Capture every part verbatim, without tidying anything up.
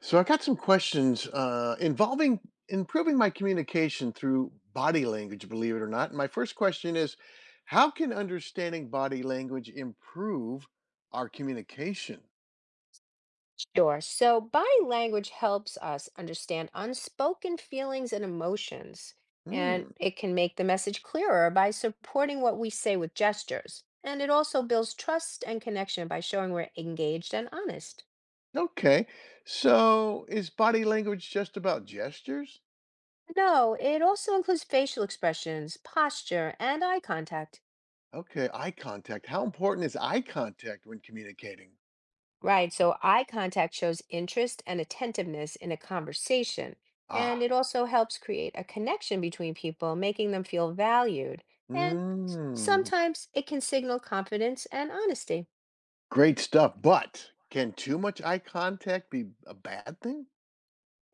So I got some questions uh, involving improving my communication through body language, believe it or not. And my first question is, how can understanding body language improve our communication? Sure. So body language helps us understand unspoken feelings and emotions, and Hmm. it can make the message clearer by supporting what we say with gestures. And it also builds trust and connection by showing we're engaged and honest. Okay. So is body language just about gestures? No, it also includes facial expressions, posture, and eye contact. Okay. Eye contact. How important is eye contact when communicating? Right. So eye contact shows interest and attentiveness in a conversation. And Ah. it also helps create a connection between people, making them feel valued. And s- Hmm. sometimes it can signal confidence and honesty. Great stuff. But can too much eye contact be a bad thing?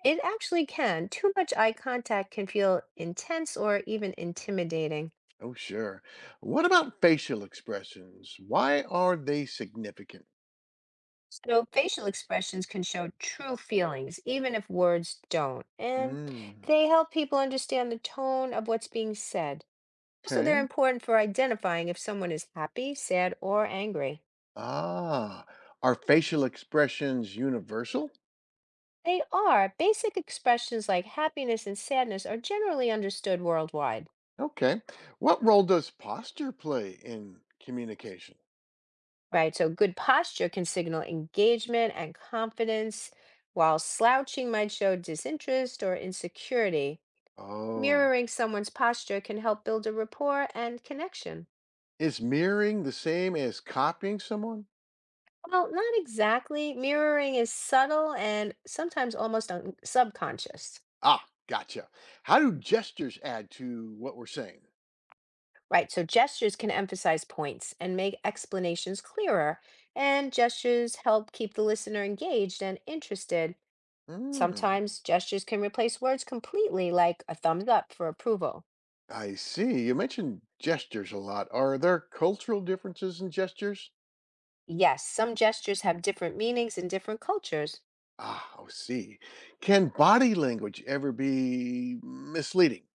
It actually can. Too much eye contact can feel intense or even intimidating. Oh, sure. What about facial expressions? Why are they significant? So facial expressions can show true feelings, even if words don't. And Mm, they help people understand the tone of what's being said. Also, they're okay. important for identifying if someone is happy, sad, or angry. Ah, are facial expressions universal? They are. Basic expressions like happiness and sadness are generally understood worldwide, Okay. What role does posture play in communication? right? So, good posture can signal engagement and confidence, while slouching might show disinterest or insecurity. Oh, Mirroring someone's posture can help build a rapport and connection. is mirroring the same as copying someone? Well, not exactly. Mirroring is subtle and sometimes almost un- subconscious. Ah, gotcha. How do gestures add to what we're saying? Right, so gestures can emphasize points and make explanations clearer, and gestures help keep the listener engaged and interested. Mm, Sometimes gestures can replace words completely, like a thumbs up for approval. I see. You mentioned gestures a lot. Are there cultural differences in gestures? Yes, some gestures have different meanings in different cultures. Ah, I see. Can body language ever be misleading?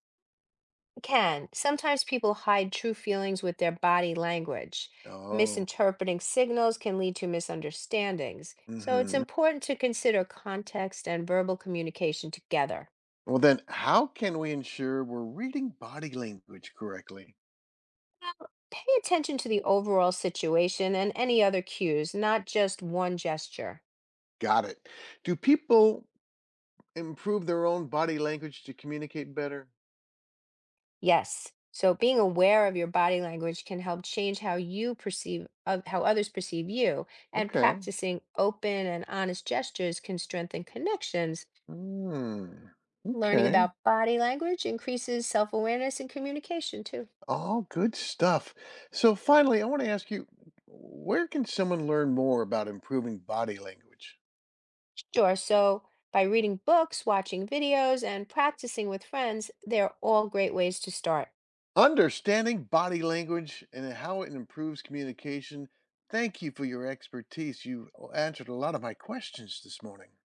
Can sometimes people hide true feelings with their body language. Oh, Misinterpreting signals can lead to misunderstandings, so it's hmm. important to consider context and verbal communication together. Well, then, how can we ensure we're reading body language correctly? Well, pay attention to the overall situation and any other cues, not just one gesture. Got it. Do people improve their own body language to communicate better? Yes. So being aware of your body language can help change how you perceive of how others perceive you, and Okay. practicing open and honest gestures can strengthen connections. Hmm. Learning Okay. about body language increases self-awareness and communication too. All good stuff. So, finally, I want to ask you, where can someone learn more about improving body language? Sure. So by reading books, watching videos, and practicing with friends, they're all great ways to start. Understanding body language and how it improves communication. Thank you for your expertise. You uh, answered a lot of my questions this morning.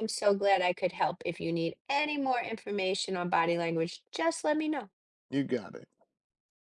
I'm so glad I could help. If you need any more information on body language, just let me know. You got it.